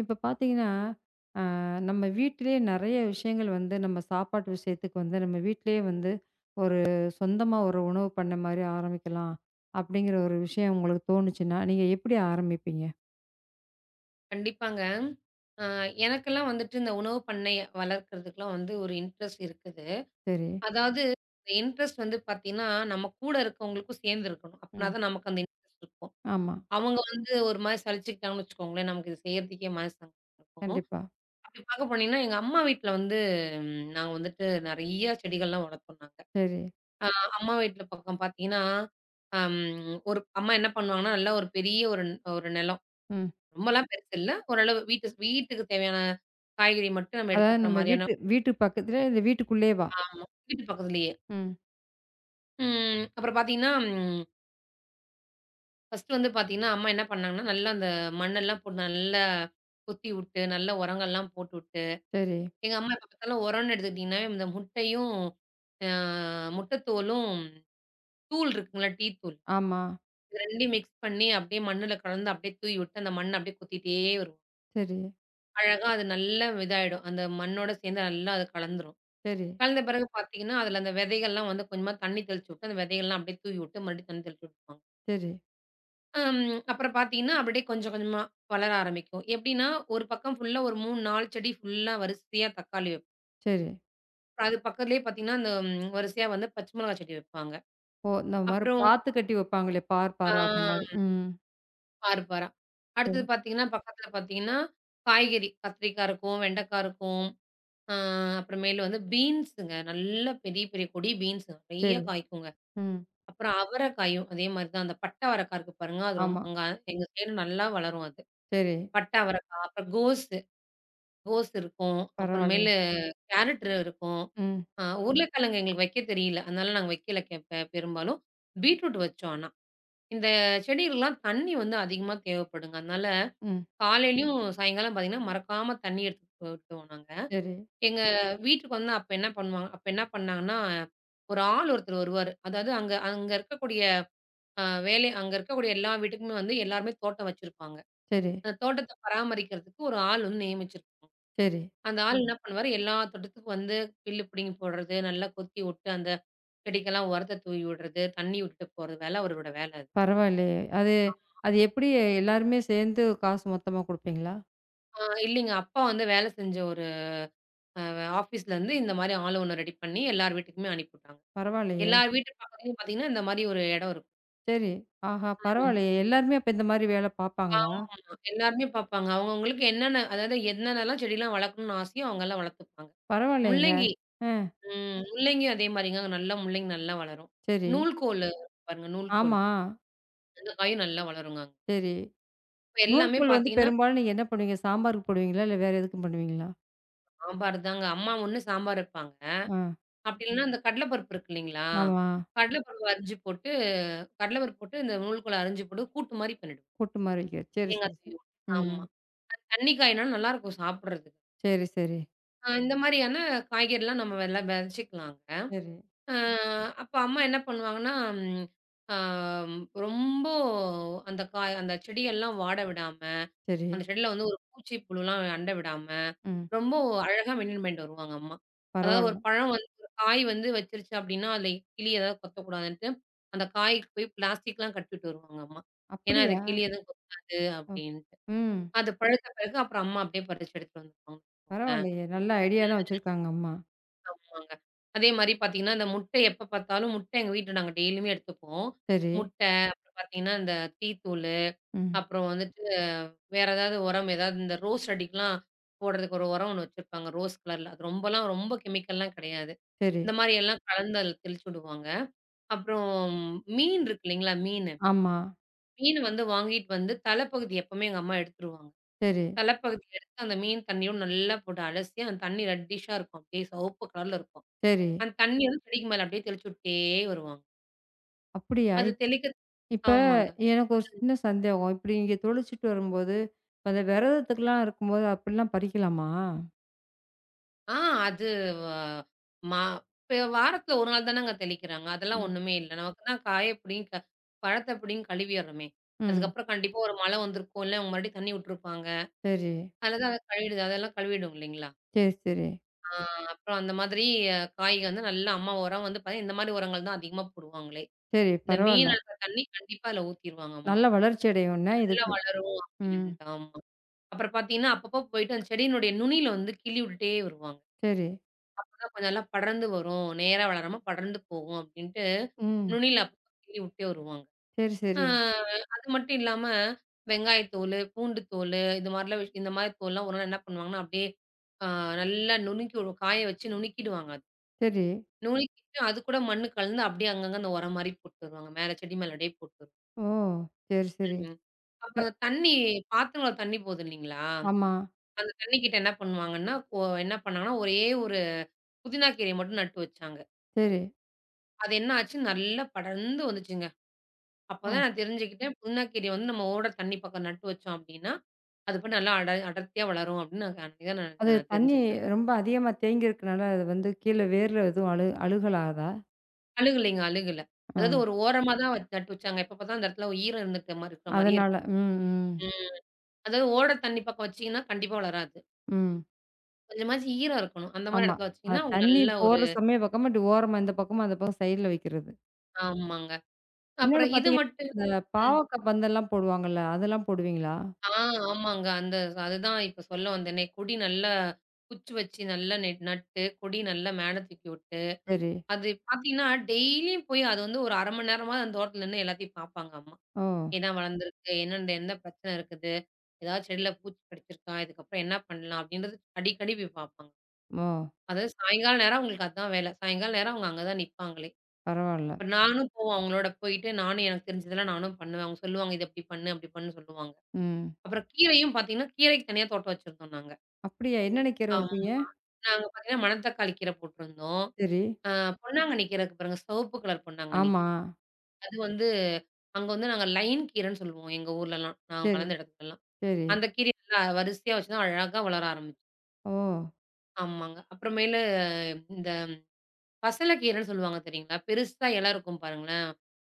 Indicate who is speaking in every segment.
Speaker 1: இப்ப பார்த்தீங்கன்னா, அ நம்ம வீட்டிலேயே நெறைய விஷயங்கள் வந்து நம்ம சாப்பாட்டு விஷயத்துக்கு வந்து நம்ம வீட்டிலேயே வந்து ஒரு சொந்தமா ஒரு உணவு பண்ண மாரி ஆரம்பிக்கலாம். அப்படிங்கிற ஒரு விஷயம் உங்களுக்கு தோணுச்சுன்னா, நீங்க எப்படி ஆரம்பிப்பீங்க?
Speaker 2: கண்டிப்பாங்க. அ எனக்கெல்லாம் வந்துட்டு இந்த உணவு பண்ணை வளர்க்கிறதுக்குலாம் வந்து ஒரு இன்ட்ரெஸ்ட் இருக்குது.
Speaker 1: சரி.
Speaker 2: அதாவது இந்த இன்ட்ரெஸ்ட் வந்து பார்த்தீங்கன்னா, நம்ம கூட இருக்கவங்களுக்கும் சேர்ந்து இருக்கணும். அப்பனா
Speaker 1: ம்.
Speaker 2: தான் நமக்கு அந்த இன்ட்ரெஸ்ட் இருக்கும்.
Speaker 1: ஆமா.
Speaker 2: அவங்க வந்து ஒரு மாரி சலிச்சுக்கிட்டாங்கன்னு வச்சுக்கோங்களேன், நமக்கு இது செய்யறதுக்கே மனசு இருக்கும்.
Speaker 1: கண்டிப்பா.
Speaker 2: அப்படி பார்க்க போனீங்கன்னா, எங்க அம்மா வீட்ல வந்து நாங்க வந்துட்டு நெறைய செடிகள்லாம் வளர்த்தோம் நாங்க.
Speaker 1: சரி.
Speaker 2: அ அம்மா வீட்ல பக்கம் பார்த்தீங்கன்னா, அம் ஒரு அம்மா என்ன பண்ணுவாங்கன்னா, நல்லா ஒரு பெரிய ஒரு ஒரு நிலம்.
Speaker 1: ம்.
Speaker 2: ரொம்பலாம் பெருசு இல்ல. ஓரளவு வீட்டு வீட்டுக்கு தேவையான காய்கறி மட்டும் நம்ம
Speaker 1: அதாவது
Speaker 2: எடுத்துக்கிற
Speaker 1: நம்ம
Speaker 2: மாரியான
Speaker 1: வீட்டு வீட்டு பக்கத்திலே இல்ல வீட்டுக்குள்ளேவா?
Speaker 2: ஆமா. வீட்டு பக்கத்துலயே.
Speaker 1: ம்.
Speaker 2: ம். அப்புறம் பார்த்தீங்கன்னா, ஃபர்ஸ்ட்டு வந்து பார்த்தீங்கன்னா, அம்மா என்ன பண்ணாங்கன்னா, நல்லா அந்த மண்ணெல்லாம் போட்டு நல்லா கொத்தி விட்டு, நல்ல உரங்கள்லாம் போட்டுவிட்டு.
Speaker 1: சரி.
Speaker 2: எங்க அம்மா எப்ப பார்த்தாலும் உரம்ன்னு எடுத்துக்கிட்டீங்கன்னாவே, இந்த முட்டையும் அ முட்டத்தோலும் தூள் இருக்குங்களா, டீ தூள்.
Speaker 1: ஆமா.
Speaker 2: இது 2யும் மிக்ஸ் பண்ணி அப்படியே மண்ணுல கலந்து அப்படியே தூவி விட்டு, அந்த மண்ண அப்படியே கொத்திட்டே வருவாங்க.
Speaker 1: சரி,
Speaker 2: அழகா அது நல்ல இதாயிடும். அந்த மண்ணோட சேர்ந்து நல்லா அது கலந்துரும்.
Speaker 1: சரி,
Speaker 2: கலந்த பிறகு பார்த்தீங்கன்னா, அதுல அந்த விதைகள்லாம் வந்து கொஞ்சமா தண்ணி தெளிச்சு விட்டு, அந்த விதைகள்லாம் அப்படியே தூவி விட்டு, மறுபடியும் தண்ணி தெளிச்சு விட்டுருவாங்க.
Speaker 1: சரி,
Speaker 2: அம் அப்புறம் பார்த்தீங்கன்னா, அப்படியே கொஞ்சம் கொஞ்சமா வளர ஆரம்பிக்கும். எப்படின்னா, ஒரு பக்கம் ஃபுல்லா ஒரு 3, 4 செடி ஃபுல்லா வரிசையா தக்காளி வைப்போம்.
Speaker 1: சரி.
Speaker 2: அப்புறம் அது பக்கத்திலேயே பார்த்தீங்கன்னா, அந்த வரிசையா வந்து பச்சை மிளகாய் செடி வைப்பாங்க.
Speaker 1: ஓ! இந்த மாரி
Speaker 2: அப்புறம்
Speaker 1: பாத்து கட்டி வைப்பாங்களே, பார்,
Speaker 2: ஆ
Speaker 1: பாரா அந்த மாரி. ம்.
Speaker 2: பாரு பாரா.
Speaker 1: சரி,
Speaker 2: அடுத்தது பார்த்தீங்கன்னா, பக்கத்துல பார்த்தீங்கன்னா, காய்கறி கத்திரிக்காய் இருக்கும், வெண்டைக்காய் இருக்கும். ஆ அப்புறமேலு வந்து பீன்ஸுங்க. நல்ல பெரிய பெரிய கொடி பீன்ஸ் நெறைய
Speaker 1: சரி.
Speaker 2: காய்க்குங்க.
Speaker 1: ம்.
Speaker 2: அப்புறம் அவரைக்காயும் அதே மாரி தான். அந்த பட்டை அவரைக்கா இருக்கு பாருங்க. அது
Speaker 1: ஆமா.
Speaker 2: அங்க எங்க சைடு நல்லா வளரும் அது.
Speaker 1: சரி.
Speaker 2: பட்டை அவரைக்கா, அப்புறம் கோஸு, கோஸ் இருக்கும்.
Speaker 1: பரவாயில்லையே.
Speaker 2: அப்புறமேலு கேரட் இருக்கும்.
Speaker 1: ம்,
Speaker 2: உருளைக்கிழங்கு எங்களுக்கு வைக்க தெரியல. அதனால நாங்க வைக்கல கெ பெ பெரும்பாலும். பீட்ரூட் வச்சோம் ஆனா. இந்த செடிகளுக்கெல்லாம் தண்ணி வந்து அதிகமா தேவைப்படுங்க. அதனால
Speaker 1: ம்.
Speaker 2: காலையிலயும், சாயங்காலம் பார்த்தீங்கன்னா, மறக்காம தண்ணி எடுத்து விட்டுவோம் நாங்க.
Speaker 1: சரி,
Speaker 2: எங்க வீட்டுக்கு வந்து அப்ப என்ன பண்ணாங்கன்னா, ஒரு ஆள் ஒருத்தர் வருவாரு. அதாவது அங்க அங்க இருக்கக்கூடிய வேலை அங்க இருக்கக்கூடிய எல்லா வீட்டுக்குமே வந்து எல்லாருமே தோட்டம் வச்சிருப்பாங்க.
Speaker 1: சரி,
Speaker 2: அந்த தோட்டத்த பராமரிக்கிறதுக்கு ஒரு ஆள் வந்து நியமிச்சிருப்பாங்க.
Speaker 1: சரி.
Speaker 2: அந்த ஆள் ம். என்ன பண்ணுவாரு, எல்லா தோட்டத்துக்கும் வந்து புல்லு பிடுங்கி போடுறது, நல்லா கொத்தி விட்டு அந்த செடிக்கெல்லாம் உரத்த தூவி விடுறது, தண்ணி விட்டுட்டு போறது வேல அவரோட வேல அது.
Speaker 1: பரவாயில்லையே. அது அது எப்படி எல்லாருமே சேர்ந்து காசு மொத்தமா குடுப்பீங்களா?
Speaker 2: இல்லைங்க அப்பா வந்து வேலை செஞ்ச ஒரு அ ஆஃபீஸ்லருந்து இந்த மாரி ஆள் ஒண்ணு ரெடி பண்ணி எல்லார் வீட்டுக்குமே அனுப்பிவிட்டாங்க.
Speaker 1: பரவாயில்லையே.
Speaker 2: எல்லார் வீட்டு பக்கத்துலயும் பார்த்தீங்கன்னா, இந்த மாரி ஒரு இடம் இருக்கும்.
Speaker 1: சரி. ஆஹா!
Speaker 2: ம்.
Speaker 1: பரவாயில்லையே. எல்லாருமே அப்ப இந்த மாரி வேலை பார்ப்பாங்களா?
Speaker 2: ஆமா. எல்லாருமே பார்ப்பாங்க. அவங்கவங்களுக்கு என்னென்ன அதாவது என்னென்னலாம் செடிலாம் வளர்க்கணும்னு ஆசையோ அவங்கலாம் வளர்த்துப்பாங்க.
Speaker 1: பரவாயில்லையேங்க.
Speaker 2: முள்ளங்கி
Speaker 1: ஆ,
Speaker 2: ம். முள்ளங்கியும் அதே மாரிங்க. அங்க நல்லா முள்ளங்கி நல்லா வளரும்.
Speaker 1: சரி.
Speaker 2: நூல்கோலு பாருங்க நூல்கோல்.
Speaker 1: ஆமா.
Speaker 2: அந்த காயும் நல்லா வளருங்க அங்க.
Speaker 1: சரி.
Speaker 2: இப்ப எல்லாமே
Speaker 1: நூல்கூல் வந்து
Speaker 2: பார்த்தீங்கன்னா,
Speaker 1: பெரும்பாலும் நீங்க என்ன பண்ணுவீங்க? சாம்பாருக்கு போடுவீங்களா? இல்ல வேற எதுக்கும் பண்ணுவீங்களா?
Speaker 2: சாம்பார் தாங்க. அம்மா ஒண்ணு சாம்பார் வைப்பாங்க.
Speaker 1: ஆ,
Speaker 2: அப்படி இல்லன்னா அந்த கடல பருப்பு இருக்கு இல்லைங்களா?
Speaker 1: ஆமா.
Speaker 2: கடல பருப்பு அரிஞ்சு போட்டு கடல பருப்பு போட்டு இந்த நூல்கோல அரிஞ்சு போட்டு கூட்டு மாரி பண்ணிடுவோம்.
Speaker 1: கூட்டு மாரி வைக்க. சரி,
Speaker 2: தேங்காய்
Speaker 1: சரி, சரி.
Speaker 2: துருவி ஊத்தி. ஆமா.
Speaker 1: ம்.
Speaker 2: தண்ணி காய்னா நல்லாருக்கும் சாப்பிடுறதுக்கு.
Speaker 1: சரி, சரி,
Speaker 2: இந்த மாரியான காய்கறிலாம் நம்ம எல்லாம் விதச்சுக்கலாங்க.
Speaker 1: சரி,
Speaker 2: அ அப்ப அம்மா என்ன பண்ணுவாங்கன்னா, ம் ஆ ரொம்ப அந்த காய் அந்த செடியெல்லாம் வாட விடாம
Speaker 1: சரி.
Speaker 2: அந்த ஷெட்ல வந்து ஒரு பூச்சி, புழுலாம் அண்ட விடாம,
Speaker 1: ம்.
Speaker 2: ரொம்ப அழகா மெயின்டெயின் பண்ணிட்டு வருவாங்க அம்மா. அதாவது ஒரு
Speaker 1: பரவாயில்ல.
Speaker 2: பழம் வந்து ஒரு காய் வந்து வச்சிருச்சு அப்டின்னா, அதுல கிளி ஏதாவது கொத்தக்கூடாதுன்ட்டு, அந்த காய்க்கு போய் பிளாஸ்டிக்லாம் கட்டி விட்டு வருவாங்க அம்மா. ஏன்னா, அது
Speaker 1: அப்படியா?
Speaker 2: கிளி எதுவும் கொத்தாது
Speaker 1: அ.
Speaker 2: அப்டின்ட்டு.
Speaker 1: ம்.
Speaker 2: அது பழுத்த பிறகு அப்புறம் அம்மா அப்டியே பறிச்சு எடுத்துட்டு வந்துருவாங்க.
Speaker 1: பரவாயில்லையே! நல்ல ஐடியாலாம் வச்சிருக்காங்க அம்மா.
Speaker 2: ஆமாங்க. அதே மாரி பார்த்தீங்கன்னா, இந்த முட்டை எப்ப பார்த்தாலும் முட்டை எங்க வீட்ல நாங்க டெய்லியுமே எடுத்துப்போம்.
Speaker 1: சரி.
Speaker 2: முட்டை, அப்புறம் பார்த்தீங்கன்னா, இந்த டீத்தூளு,
Speaker 1: ம்.
Speaker 2: அப்புறம் வந்துட்டு வேற ஏதாவது உரம் ஏதாவது இந்த ரோஸ் செடிக்கலாம் போடுறதுக்கு ஒரு உரம் ஒண்ணு வச்சிருப்பாங்க. ரோஸ் கலர்ல. அது ரொம்பலாம் ரொம்ப கெமிக்கல்லாம் கிடையாது.
Speaker 1: சரி.
Speaker 2: இந்த மாரி எல்லாம் கலந்து அதில தெளிச்சு விடுவாங்க. அப்புறம் மீன் இருக்கு இல்லைங்களா? மீனு.
Speaker 1: ஆமா.
Speaker 2: மீன் வந்து வாங்கிட்டு வந்து தலைப்பகுதி எப்பவுமே எங்க அம்மா எடுத்துருவாங்க.
Speaker 1: சரி,
Speaker 2: தலைப்பகுதி எடுத்து அந்த மீன் தண்ணியோட நல்லா போட்டு அலசி, அந்த தண்ணி ரெட்டிஷ்ஷா இருக்கும். அப்படியே சிவப்பு கலர்ல இருக்கும்.
Speaker 1: சரி.
Speaker 2: அந்த தண்ணி வந்து செடிக்கு மேல அப்படியே தெளிச்சு விட்டே வருவாங்க.
Speaker 1: அப்படியா?
Speaker 2: அது தெளிக்க
Speaker 1: இப்ப
Speaker 2: ஆமாங்க.
Speaker 1: எனக்கு ஒரு சின்ன சந்தேகம். இப்படி நீங்க தொழிச்சிட்டு வரும்போது, இப்ப அந்த விரதத்துக்குலாம் இருக்கும்போது அப்படிலாம் பறிக்கலாமா?
Speaker 2: ஆ அது வா மா இப்ப வாரத்துல 1 நாள் தானங்க தெளிக்கிறாங்க. அதெல்லாம்
Speaker 1: ம்.
Speaker 2: ஒண்ணுமே இல்ல. நமக்கு தான் காய புடிங்கி பழத்த புடிங்கி கழுவிர்றோமே.
Speaker 1: ம்.
Speaker 2: அதுக்கப்புறம் கண்டிப்பா ஒரு மழை வந்திருக்கும். இல்ல அவங்க மறுபடியும் தண்ணி விட்டுருப்பாங்க.
Speaker 1: சரி.
Speaker 2: அதுல தான் அத கழுவிடுது. அதெல்லாம் கழுவிடும் இல்லைங்களா?
Speaker 1: சரி, சரி.
Speaker 2: ஆ அப்புறம் அந்த மாதிரி காய் வந்து நல்லா அம்மா உரம் வந்து பார்த்தீங்கன்னா, இந்த மாதிரி உரங்கள் தான் அதிகமா போடுவாங்களே.
Speaker 1: சரி.
Speaker 2: இந்த
Speaker 1: பரவால்ல.
Speaker 2: மீன் அழுத்த தண்ணி கண்டிப்பா அதுல ஊத்திருவாங்க அம்மா.
Speaker 1: நல்ல வளர்ச்சி அடையும்ன
Speaker 2: நல்லா
Speaker 1: இதுக்கு.
Speaker 2: வளரும்
Speaker 1: ம்.
Speaker 2: அப்படின்ட்டு. ஆமா. அப்புறம் பார்த்தீங்கன்னா, அப்பப்போ போயிட்டு அந்த செடியினுடைய நுனியில வந்து கிள்ளி விட்டுட்டே வருவாங்க.
Speaker 1: சரி.
Speaker 2: அப்பதான் கொஞ்சம் நல்லா படர்ந்து வரும். நேரா வளராம படர்ந்து போகும் அப்படின்ட்டு,
Speaker 1: ம்.
Speaker 2: நுனியில அப்பப்போ கிள்ளி விட்டே வருவாங்க.
Speaker 1: சரி,
Speaker 2: அ
Speaker 1: சரி.
Speaker 2: அது மட்டும் இல்லாம, வெங்காயத்தோலு, பூண்டு தோலு, இது மாரிலாம் இந்த மாரி தோல்லாம் ஒரு நாள் என்ன பண்ணுவாங்கன்னா, அப்படியே அ நல்லா நுணுக்கி ஒரு காய வச்சு நுணுக்கிடுவாங்க அது.
Speaker 1: சரி.
Speaker 2: நுணுக்கிட்டு அது கூட மண்ணு கலந்து அப்படியே அங்கங்க அந்த உரம் மாரி போட்டுருவாங்க. மேல செடி மேல அப்படியே போட்டுருவாங்க.
Speaker 1: ஓ! சரி, சரி.
Speaker 2: ம்.
Speaker 1: க
Speaker 2: அப்புறம் தண்ணி பாத்திரங்கள்ல தண்ணி போகுது இல்லைங்களா?
Speaker 1: ஆமா.
Speaker 2: அந்த தண்ணிக்கிட்ட என்ன பண்ணுவாங்கன்னா, என்ன பண்ணாங்கன்னா, ஒரே ஒரு புதினா கீரைய மட்டும் நட்டு வச்சாங்க.
Speaker 1: சரி.
Speaker 2: அது என்ன ஆச்சு, நல்லா படர்ந்து வந்துச்சுங்க.
Speaker 1: ஆ.
Speaker 2: அப்பதான் நான் தெரிஞ்சுக்கிட்டேன், புதினா கீரைய வந்து நம்ம ஓட தண்ணி பக்கம் நட்டு வச்சோம் அப்டின்னா, அது பாட்டு நல்லா அடர்த்தியா வளரும் அப்டின்னு நான் அன்னைக்கு தான் நான்
Speaker 1: அது
Speaker 2: நான்
Speaker 1: தண்ணி
Speaker 2: தெரிஞ்சுக்கிட்டேன்.
Speaker 1: ரொம்ப அதிகமா தேங்கி இருக்கனால, அது வந்து கீழ வேர்ல எதுவும் அழு அழுகலாதா?
Speaker 2: அழுகலைங்க, அழுகல.
Speaker 1: ஆ.
Speaker 2: அதாவது ஒரு ஓரமா தான் வச்சு நட்டு வச்சாங்க. எப்ப பார்த்தாலும் அந்த இடத்துல ஈரம் இருந்துக்கிற மாரி இருக்கிற மாரியே
Speaker 1: அதனால.
Speaker 2: இருக்கும்.
Speaker 1: ம், ம்,
Speaker 2: ம். அதாவது ஓட தண்ணி பக்கம் வச்சீங்கன்னா, கண்டிப்பா வளராது.
Speaker 1: ம்.
Speaker 2: கொஞ்சமாச்சும் ஈரம் இருக்கணும். அந்த மாரி
Speaker 1: ஆமா.
Speaker 2: இடத்துல
Speaker 1: அது
Speaker 2: வச்சீங்கன்னா, உங்களுக்கு
Speaker 1: தண்ணி
Speaker 2: நல்ல ஒரு
Speaker 1: போற சமயம் பக்கமா இப்டி ஓரமா இந்த பக்கமும், அந்த பக்கம் சைடுல வைக்கிறது.
Speaker 2: ஆமாங்க.
Speaker 1: இன்னொன்னு
Speaker 2: அப்புறம் இது
Speaker 1: பார்த்தீங்கன்னா,
Speaker 2: மட்டும்
Speaker 1: இந்த
Speaker 2: ம்.
Speaker 1: பாவக்கா பந்தெல்லாம் போடுவாங்கல்ல, அதெல்லாம் போடுவீங்களா?
Speaker 2: ஆ, ஆமாங்க. அந்த அதுதான் இப்ப சொல்ல வந்தேனே. கொடி நல்லா குச்சி வச்சு நல்லா நட்டு, கொடி நல்லா மேல தூக்கி விட்டு,
Speaker 1: சரி.
Speaker 2: அது பார்த்தீங்கன்னா, டெய்லியும் போய் அது வந்து ஒரு 1/2 மணி நேரமாவது அந்த தோட்டத்துல நின்னு எல்லாத்தையும் பார்ப்பாங்க அம்மா.
Speaker 1: ஓ!
Speaker 2: என்ன வளர்ந்திருக்கு? என்னென்ன எந்த பிரச்சனை இருக்குது? ஏதாவது செடியில பூச்சி கடிச்சிருக்கா? இதுக்கப்புறம் என்ன பண்ணலாம்? அப்படின்றது அடிக்கடி போய் பார்ப்பாங்க.
Speaker 1: ஓ!
Speaker 2: அதாவது சாயங்காலம் நேரம் அவங்களுக்கு அதான் வேலை. சாயங்காலம் நேரம் அவங்க அங்க தான் நிப்பாங்களே.
Speaker 1: பரவால்ல.
Speaker 2: இப்ப நானும் போவேன் அவங்களோட போயிட்டு, நானும் எனக்கு தெரிஞ்சதெல்லாம் நானும் பண்ணுவேன். அவங்க சொல்லுவாங்க, "இத இப்படி பண்ணு, அப்படி பண்ணுன்னு" சொல்லுவாங்க.
Speaker 1: ம்.
Speaker 2: அப்புறம் கீரையும் பார்த்தீங்கன்னா, கீரைக்கு தனியா தோட்டம் வச்சிருந்தோம் நாங்க.
Speaker 1: அப்படியா? என்னென்ன கீர
Speaker 2: ஆமா.
Speaker 1: வைப்பீங்க?
Speaker 2: நாங்க பார்த்தீங்கன்னா, மணத்தக்காளி கீரை போட்டிருந்தோம்.
Speaker 1: சரி.
Speaker 2: அ பொன்னாங்கண்ணி கீரை இருக்கு பாருங்க. சிவப்பு கலர் பொன்னாங்கண்ணி.
Speaker 1: ஆமா.
Speaker 2: அது வந்து அங்க வந்து நாங்க லைன் கீரைன்னு சொல்லுவோம் எங்க ஊர்லலாம். நான்
Speaker 1: சரி,
Speaker 2: வளர்ந்த இடத்துலலாம்.
Speaker 1: சரி.
Speaker 2: அந்த கீரைய நல்லா வரிசையா வச்சு தான் அழகா வளர ஆரம்பிச்சு.
Speaker 1: ஓ!
Speaker 2: ஆமாங்க. அப்புறமேலு இந்த பசலைக்கீரைன்னு சொல்லுவாங்க தெரியுங்களா? பெருசா இலை இருக்கும் பாருங்களேன்.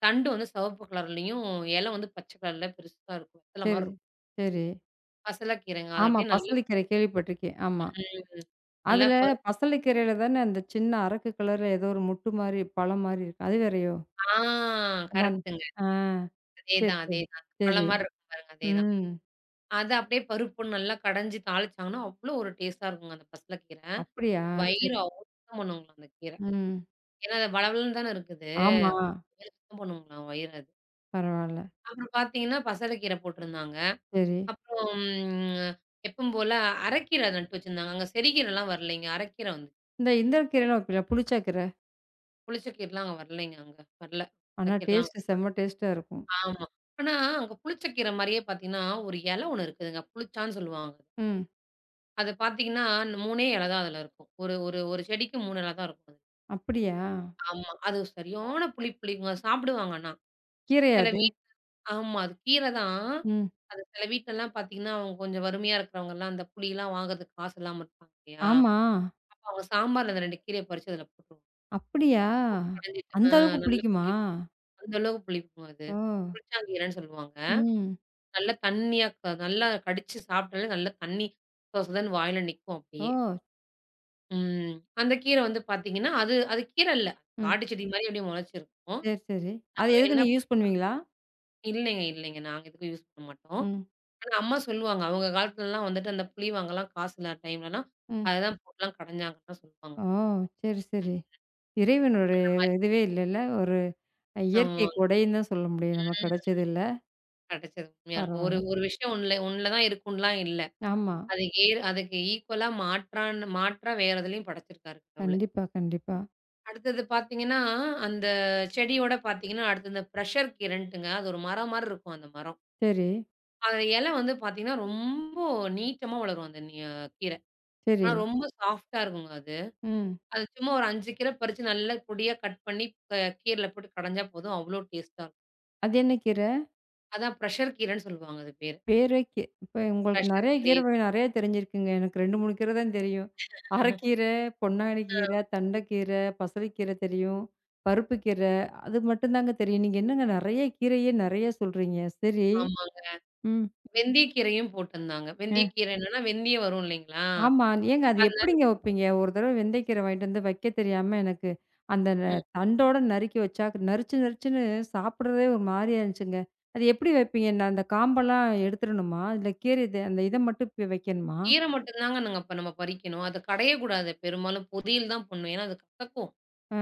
Speaker 2: தண்டு வந்து சிவப்பு கலர்லயும், இலை வந்து பச்சை கலர்ல பெருசா இருக்கும். வெத்தல மாரி
Speaker 1: சரி,
Speaker 2: இருக்கும்.
Speaker 1: சரி.
Speaker 2: பசலைக்கீரைங்க. அது
Speaker 1: ஆமா.
Speaker 2: அப்படியே நல்லா
Speaker 1: பசலைக்கீரை கேள்விப்பட்டுருக்கேன். ஆமா.
Speaker 2: ம் நல்லா
Speaker 1: அதுல
Speaker 2: பரு
Speaker 1: பசலைக்கீரையில தானே அந்த சின்ன அரக்கு கலர்ல ஏதோ ஒரு முட்டு மாரி, பழம் மாரி இருக்கும். அது வேறையோ?
Speaker 2: ஆ
Speaker 1: அதான்.
Speaker 2: கரெக்ட்டுங்க.
Speaker 1: ஆ. சரி,
Speaker 2: அதேதான்,
Speaker 1: சரி,
Speaker 2: அதேதான். பழம்
Speaker 1: சரி.
Speaker 2: மாரி இருக்கும் பாருங்க. அதேதான்.
Speaker 1: ம்.
Speaker 2: அத அப்படியே பருப்பு நல்லா கடைஞ்சு தாளிச்சாங்கன்னா, அவ்வளோ ஒரு டேஸ்ட்டா இருக்குங்க அந்த பசலக்கீரை.
Speaker 1: அப்படியா? சரி.
Speaker 2: வயிறு அவ்வளோ சுத்தம் பண்ணுங்களாம் அந்த கீரை.
Speaker 1: ம்.
Speaker 2: ஏன்னா அது வழவழன்னு தானே இருக்குது.
Speaker 1: ஆமா.
Speaker 2: வயிறு சுத்தம் பண்ணுங்களாம் வயிறு அது.
Speaker 1: பரவால்ல.
Speaker 2: அப்புறம் பார்த்தீங்கன்னா, பசலக்கீரை போட்டிருந்தாங்க.
Speaker 1: சரி.
Speaker 2: அப்புறம் எப்பவும் போல அரைக்கீரை நட்டு வச்சிருந்தாங்க. அங்க செடிகீரைலாம் வரலைங்க. அரைக்கீரை வந்து
Speaker 1: இந்த இந்த கீரைலாம் வைப்பீங்களா? புளிச்சா கீரை.
Speaker 2: புளிச்ச கீரைலாம் அங்க வரலைங்க அங்க. வரல. அந்த
Speaker 1: ஆனா
Speaker 2: கீரைலாம்
Speaker 1: டேஸ்ட்டு
Speaker 2: வரல.
Speaker 1: செம்ம டேஸ்ட்டா இருக்கும்.
Speaker 2: ஆமா. ஆனா அங்க புளிச்ச கீரை மாரியே பார்த்தீங்கன்னா, ஒரு இலை ஒண்ணு இருக்குதுங்க. புளிச்சான்னு சொல்லுவாங்க.
Speaker 1: ம்.
Speaker 2: அது பார்த்தீங்கன்னா, 3 இல தான் அதில இருக்கும். ஒரு ஒரு ஒரு செடிக்கு 3 இல தான் இருக்கும் அது.
Speaker 1: அப்படியா?
Speaker 2: ஆமா. அது சரியான புளிப்பு புளிக்குங்க. சாப்பிடுவாங்க ஆனா.
Speaker 1: கீரையா
Speaker 2: சில
Speaker 1: அது?
Speaker 2: வீட் ஆமா. அது கீரை தான்.
Speaker 1: ம்.
Speaker 2: அது சில வீட்லலாம் பார்த்தீங்கன்னா, அவங்க கொஞ்சம் வறுமையா இருக்கிறவங்கலாம் அந்த புளிலாம் வாங்குறதுக்கு காசு இல்லாம இருப்பாங்க இல்லையா?
Speaker 1: ஆமா.
Speaker 2: அப்ப அவங்க சாம்பார்ல அந்த 2 கீரைய பறிச்சு அதில போட்டுருவாங்க.
Speaker 1: அப்படியா?
Speaker 2: கடைஞ்சிட்டு
Speaker 1: அந்த அளவுக்கு
Speaker 2: நல்ல
Speaker 1: புளிக்குமா?
Speaker 2: புளிப்பா அந்த அளவுக்கு புளிக்குங்க அது.
Speaker 1: ஓ!
Speaker 2: புளிச்சாங்கீரைன்னு சொல்லுவாங்க.
Speaker 1: ம்.
Speaker 2: நல்லா தண்ணியா நல்லா கடிச்சு சாப்பிட்டாலே நல்லா தண்ணி சொதன்னு வாயில நிக்கும்
Speaker 1: ஓ!
Speaker 2: அப்படியே. ம். அந்த கீரை வந்து பாத்தீங்கன்னா, அது அது கீரை இல்ல.
Speaker 1: ம்.
Speaker 2: காட்டு செடி மாரி அப்படியே முளைச்சிருக்கும்.
Speaker 1: சரி, சரி.
Speaker 2: நம்ம
Speaker 1: அது எதுக்கு
Speaker 2: வேணுனா
Speaker 1: நீங்க யூஸ் பண்ணுவீங்களா?
Speaker 2: இல்லைங்க, இல்லைங்க. நாங்க எதுக்கும் யூஸ் பண்ண மாட்டோம்.
Speaker 1: ம்.
Speaker 2: ஆனா அம்மா சொல்லுவாங்க. அவங்க காலத்துலலாம் வந்துட்டு அந்த புளி வாங்கலாம் காசு இல்லாத டைம்லலாம்,
Speaker 1: ம்.
Speaker 2: அததான் போட்டுலாம் கடைஞ்சாங்கன்லாம் சொல்லுவாங்க.
Speaker 1: ஓ! சரி,
Speaker 2: ம்.
Speaker 1: சரி. இறைவனுடைய
Speaker 2: அந்த மாரி.
Speaker 1: இதுவே இல்லல்ல. ஒரு இயற்கை
Speaker 2: ஆமாங்க.
Speaker 1: கொடைன்னு தான் சொல்ல முடியும். நமக்கு
Speaker 2: ம்.
Speaker 1: கிடைச்சது இல்ல.
Speaker 2: கிடைச்சது உண்மையாங்க. ஒரு
Speaker 1: பரவால்ல.
Speaker 2: ஒரு விஷயம் உன்ல உன்ல தான் இருக்குன்லாம் இல்ல.
Speaker 1: ஆமா.
Speaker 2: அது அதுக்கு ஈக்குவலா மாற்றா வேற எதுலயும் படைச்சிருக்காரு கடவுளு.
Speaker 1: கண்டிப்பா, கண்டிப்பா.
Speaker 2: அடுத்தது பாத்தீங்கன்னா, அந்த செடியோட பாத்தீங்கன்னா, அடுத்து இந்த பிரஷர் கீரைன்ட்டுங்க. அது ஒரு மரம் மாரி இருக்கும் அந்த மரம்.
Speaker 1: சரி,
Speaker 2: அந்த இலை வந்து பார்த்தீங்கன்னா, ரொம்ப நீட்டமா வளரும் அந்த நி அ கீரை.
Speaker 1: சரி.
Speaker 2: ஆனா ரொம்ப சாஃப்ட்டா இருக்குங்க அது.
Speaker 1: ம்.
Speaker 2: அது சும்மா ஒரு 5 கீரை பறிச்சு நல்லா பொடியா கட் பண்ணி க கீரைல போட்டு கடஞ்சா போதும், அவ்ளோ டேஸ்ட்டா இருக்கும்.
Speaker 1: அது என்ன கீரை?
Speaker 2: அதான் பிரஷர் கீரைன்னு சொல்லுவாங்க அது பேரு.
Speaker 1: பேரே கீ இப்ப உங்களுக்கு
Speaker 2: பிரஷர்
Speaker 1: நெறைய
Speaker 2: கீரை
Speaker 1: கீரை வகை
Speaker 2: தான்.
Speaker 1: நெறைய தெரிஞ்சிருக்குங்க. எனக்கு 2, 3 கீரை தான் தெரியும். அரைக்கீரை, பொன்னாங்கண்ணி
Speaker 2: அ
Speaker 1: கீரை, தண்டைக்கீரை, பசலைக்கீரை தெரியும். பருப்பு கீரை அது மட்டும் தாங்க தெரியும். நீங்க என்னங்க நெறைய கீரையே நெறைய சொல்றீங்க. சரி.
Speaker 2: ஆமாங்க.
Speaker 1: ம்.
Speaker 2: வெந்தயக்கீரையும் போட்டிருந்தாங்க. வெந்தயக்கீரை என்னன்னா, வெந்தயம் வரும் இல்லைங்களா?
Speaker 1: ஆமா. ஏங்க அது
Speaker 2: அதனால
Speaker 1: எப்படிங்க வைப்பீங்க? ஒரு தடவ வெந்தய கீரை வாங்கிட்டு வந்து வைக்க தெரியாம எனக்கு அந்த
Speaker 2: ம்.
Speaker 1: தண்டோட நறுக்கி வச்சா, நறுச்சு நறுச்சுன்னு சாப்பிடுறதே ஒரு மாரியா இருந்துச்சுங்க. அது எப்படி வைப்பீங்க? நான் அந்த காம்பெல்லாம் எடுத்துடணுமா? இல்ல கீரை இது அந்த இத மட்டும் இப்ப வைக்கணுமா?
Speaker 2: கீரை மட்டும் தாங்க நாங்க அப்ப நம்ம பறிக்கணும். அத கடையக்கூடாது பெரும்பாலும். பொரியல் தான் பண்ணணும். ஏன்னா அது கசக்கும்.
Speaker 1: ஆ.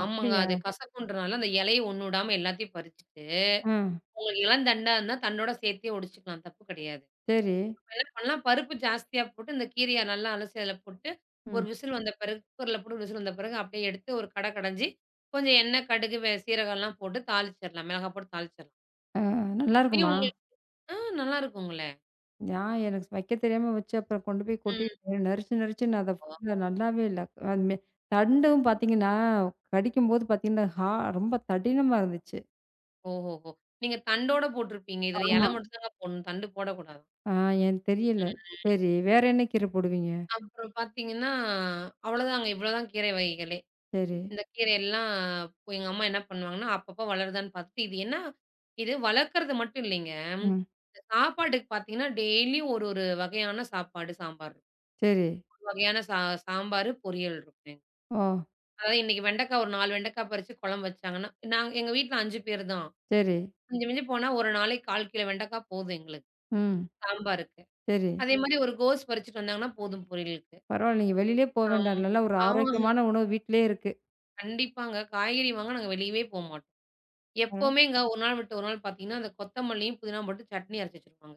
Speaker 2: ஆமாங்க.
Speaker 1: அப்படியா?
Speaker 2: அது கசக்குன்றனால அந்த இலைய ஒண்ணு விடாம எல்லாத்தையும் பறிச்சுட்டு
Speaker 1: ஆ.
Speaker 2: உங்களுக்கு இளந்தண்டா இருந்தா, தண்டோட சேர்த்தே ஒடிச்சுக்கலாம். தப்பு கிடையாது.
Speaker 1: சரி.
Speaker 2: இப்ப என்ன பண்ணலாம், பருப்பு ஜாஸ்தியா போட்டு, இந்த கீரைய நல்லா அலசி அதில போட்டு, ஒரு
Speaker 1: ம்.
Speaker 2: விசில் வந்த பிறகு குக்கர்ல போட்டு ஒரு விசில் வந்த பிறகு அப்படியே எடுத்து ஒரு கடஞ்சு, கொஞ்சம் எண்ணெய், கடுகு, சீரகம்லாம் போட்டு தாளிச்சிரலாம். மிளகாய் போட்டு தாளிச்சிரலாம். அப்படியும்
Speaker 1: நல்லாருக்குமா?
Speaker 2: உங்களுக்கு நல்லாருக்குங்களே!
Speaker 1: நான் எனக்கு வைக்க தெரியாம வச்சு அப்புறம் கொண்டு போய் கொட்டி
Speaker 2: ம்.
Speaker 1: நறுச்சு நறுச்சுன்னு அத ஃபுல்லா நல்லாவே இல்ல. அது தண்டும் பார்த்தீங்கன்னா, கடிக்கும்போது பார்த்தீங்கன்னா, ரொம்ப தடினமா இருந்துச்சு.
Speaker 2: ஓஹோஹோ! நீங்க தண்டோட போட்டுருப்பீங்க. இதில
Speaker 1: ஆமா.
Speaker 2: இலை மட்டும் தாங்க போடணும். தண்டு போடக்கூடாது.
Speaker 1: ஆ எனக்கு தெரியல.
Speaker 2: ம்.
Speaker 1: சரி. வேற என்ன கீரை போடுவீங்க?
Speaker 2: அப்புறம் பார்த்தீங்கன்னா, அவ்வளோதாங்க. இவ்வளோதான் கீரை வகைகளே.
Speaker 1: சரி.
Speaker 2: இந்த கீரையெல்லாம் எங்க அம்மா என்ன பண்ணுவாங்கன்னா, அப்பப்போ வளருதான்னு பார்த்துட்டு, இது வளர்க்கறது மட்டும் இல்லைங்க.
Speaker 1: ம்.
Speaker 2: இந்த சாப்பாட்டுக்கு பார்த்தீங்கன்னா, டெய்லியும் ஒரு ஒரு வகையான சாப்பாடு, சாம்பார் இருக்கும்.
Speaker 1: சரி.
Speaker 2: ஒரு வகையான சாம்பாரு, பொரியல் இருக்குங்க.
Speaker 1: ஓ!
Speaker 2: அதாவது இன்னைக்கு வெண்டைக்காய் ஒரு 4 வெண்டைக்காய் பறிச்சு குழம்பு வச்சாங்கன்னா, நாங்க எங்க வீட்ல 5 பேர் தான்.
Speaker 1: சரி.
Speaker 2: மிஞ்சி மிஞ்சி போனா ஒரு நாளைக்கு 1/4 கிலோ வெண்டைக்காய் போதும் எங்களுக்கு,
Speaker 1: ம்.
Speaker 2: சாம்பாருக்கு.
Speaker 1: சரி.
Speaker 2: அதே மாரி ஒரு கோஸ் பறிச்சுட்டு வந்தாங்கன்னா போதும் பொரியலுக்கு.
Speaker 1: பரவால்ல. நீங்க வெளியிலயே போ
Speaker 2: ஆமா.
Speaker 1: வேண்டாம். நல்ல ஒரு
Speaker 2: ஆமாங்க.
Speaker 1: ஆரோக்கியமான உணவு வீட்டிலேயே இருக்கு.
Speaker 2: கண்டிப்பாங்க. காய்கறி வாங்க நாங்க வெளியவே போமாட்டோம்.
Speaker 1: பரவா
Speaker 2: எப்பவுமேங்க ஒரு நாள் விட்டு ஒரு நாள் பார்த்தீங்கன்னா, அந்த கொத்தமல்லியும், புதினாவும் போட்டு சட்னி அரைச்சு வச்சுருப்பாங்க.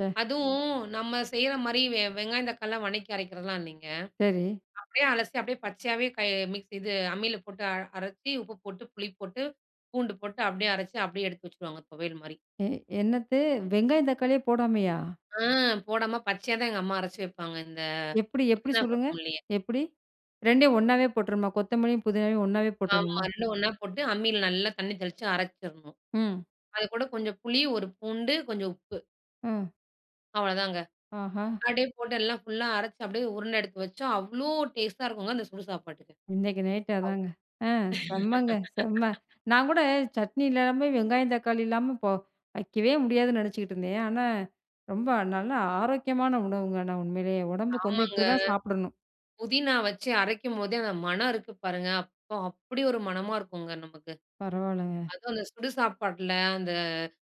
Speaker 1: ச
Speaker 2: அதுவும் நம்ம செய்ற மாரி வெங்காயம், தக்காளிலாம் வணக்கி அரைக்கிறதெல்லாம் இல்லைங்க.
Speaker 1: சரி.
Speaker 2: அப்படியே அலசி அப்படியே பச்சையாவே கை மிக்ஸ் இது அம்மியில போட்டு அரைச்சு, உப்பு போட்டு, புளி போட்டு, பூண்டு போட்டு அப்படியே அரைச்சு, அப்படியே எடுத்து வச்சுருவாங்க துவையல் மாரி.
Speaker 1: எ என்னது வெங்காயம், தக்காளியே போடாமயா?
Speaker 2: ஆ போடாம பச்சையா தான் எங்க அம்மா அரைச்சு வைப்பாங்க, இந்த
Speaker 1: எப்படி எப்படி
Speaker 2: புதினா,
Speaker 1: சொல்லுங்க?
Speaker 2: கொத்தமல்லிய.
Speaker 1: எப்படி? 2யும் ஒண்ணாவே போட்டுறணுமா? கொத்தமல்லியும், புதினாவையும் ஒண்ணாவே
Speaker 2: ஆமா
Speaker 1: போட்டுறணுமா?
Speaker 2: 2 ஒண்ணா போட்டு அம்மியில நல்லா தண்ணி தெளிச்சு அரைச்சிரணும்.
Speaker 1: ம்.
Speaker 2: அது கூட கொஞ்சம் புளி, 1 பூண்டு, கொஞ்சம் உப்பு
Speaker 1: ம்.
Speaker 2: அவ்வளோதாங்க.
Speaker 1: ஆஹா!
Speaker 2: அப்படியே போட்டு எல்லாம் ஃபுல்லா அரைச்சு அப்படியே உருண்டை எடுத்து வச்சோம். அவ்ளோ டேஸ்ட்டா இருக்குங்க அந்த சுடு சாப்பாட்டுக்கு.
Speaker 1: இன்னைக்கு நைட்டு
Speaker 2: அவ்
Speaker 1: அதாங்க. ஆ செம்மங்க, செம்ம. நான் கூட சட்னி இல்லாம, வெங்காயம், தக்காளி இல்லாம இப்போ வைக்கவே முடியாதுன்னு நெனச்சுக்கிட்டு இருந்தேன். ஆனா, ரொம்ப நல்ல ஆரோக்கியமான உணவுங்க. ஆனா உண்மையிலேயே உடம்புக்கு வந்து
Speaker 2: ஆமாங்க.
Speaker 1: இப்படிதான் சாப்பிடணும்.
Speaker 2: புதினா வச்சு அரைக்கும்போதே அந்த மணம் இருக்கு பாருங்க. அப்போ அப்படி ஒரு மணமா இருக்குங்க நமக்கு.
Speaker 1: பரவால்லங்க.
Speaker 2: அதுவும் அந்த சுடு சாப்பாட்டுல அந்த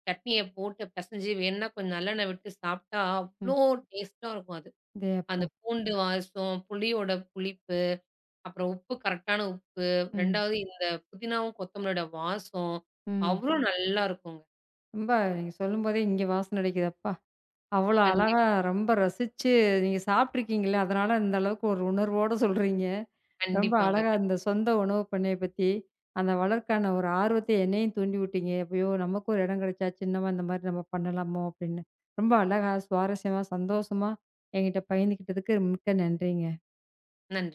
Speaker 2: சட்னிய போட்டு பெசஞ்சு வேணுனா கொஞ்சம் நல்லெண்ணெய் விட்டு சாப்பிட்டா
Speaker 1: ம்.
Speaker 2: அவ்ளோ டேஸ்ட்டா இருக்கும் அது.
Speaker 1: இதே அப்பா.
Speaker 2: அந்த பூண்டு வாசம், புளியோட புளிப்பு, அப்புறம் கரெக்டான உப்பு,
Speaker 1: ம்,
Speaker 2: 2வது இந்த புதினாவும் கொத்தமல்லியோட வாசம்.
Speaker 1: ம்.
Speaker 2: அவ்ளோ நல்லா இருக்குங்க.
Speaker 1: ரொம்ப நீங்க சொல்லும்போதே இங்க வாசனை அடிக்குதப்பா. அவ்வளோ
Speaker 2: கண்டி
Speaker 1: அழகா ரொம்ப ரசிச்சு நீங்க சாப்ட்டுருக்கீங்கல்ல, அதனால இந்த அளவுக்கு ஒரு உணர்வோட சொல்றீங்க. ரொம்ப
Speaker 2: கண்டிப்பாங்க.
Speaker 1: அழகா இந்த சொந்த உணவு பண்ணைய பத்தி, அந்த வளர்க்கான ஒரு ஆர்வத்த என்னையும் தூண்டி விட்டீங்க. "ஐயோ! நமக்கும் ஒரு இடம் கிடைச்சா, சின்னவா இந்த மாரி நம்ம பண்ணலாமோ!" அப்படின்னு. ரொம்ப அழகா, சுவாரஸ்யமா, சந்தோஷமா என்கிட்ட பகிர்ந்துக்கிட்டதுக்கு மிக்க நன்றிங்க.
Speaker 2: நன்றி.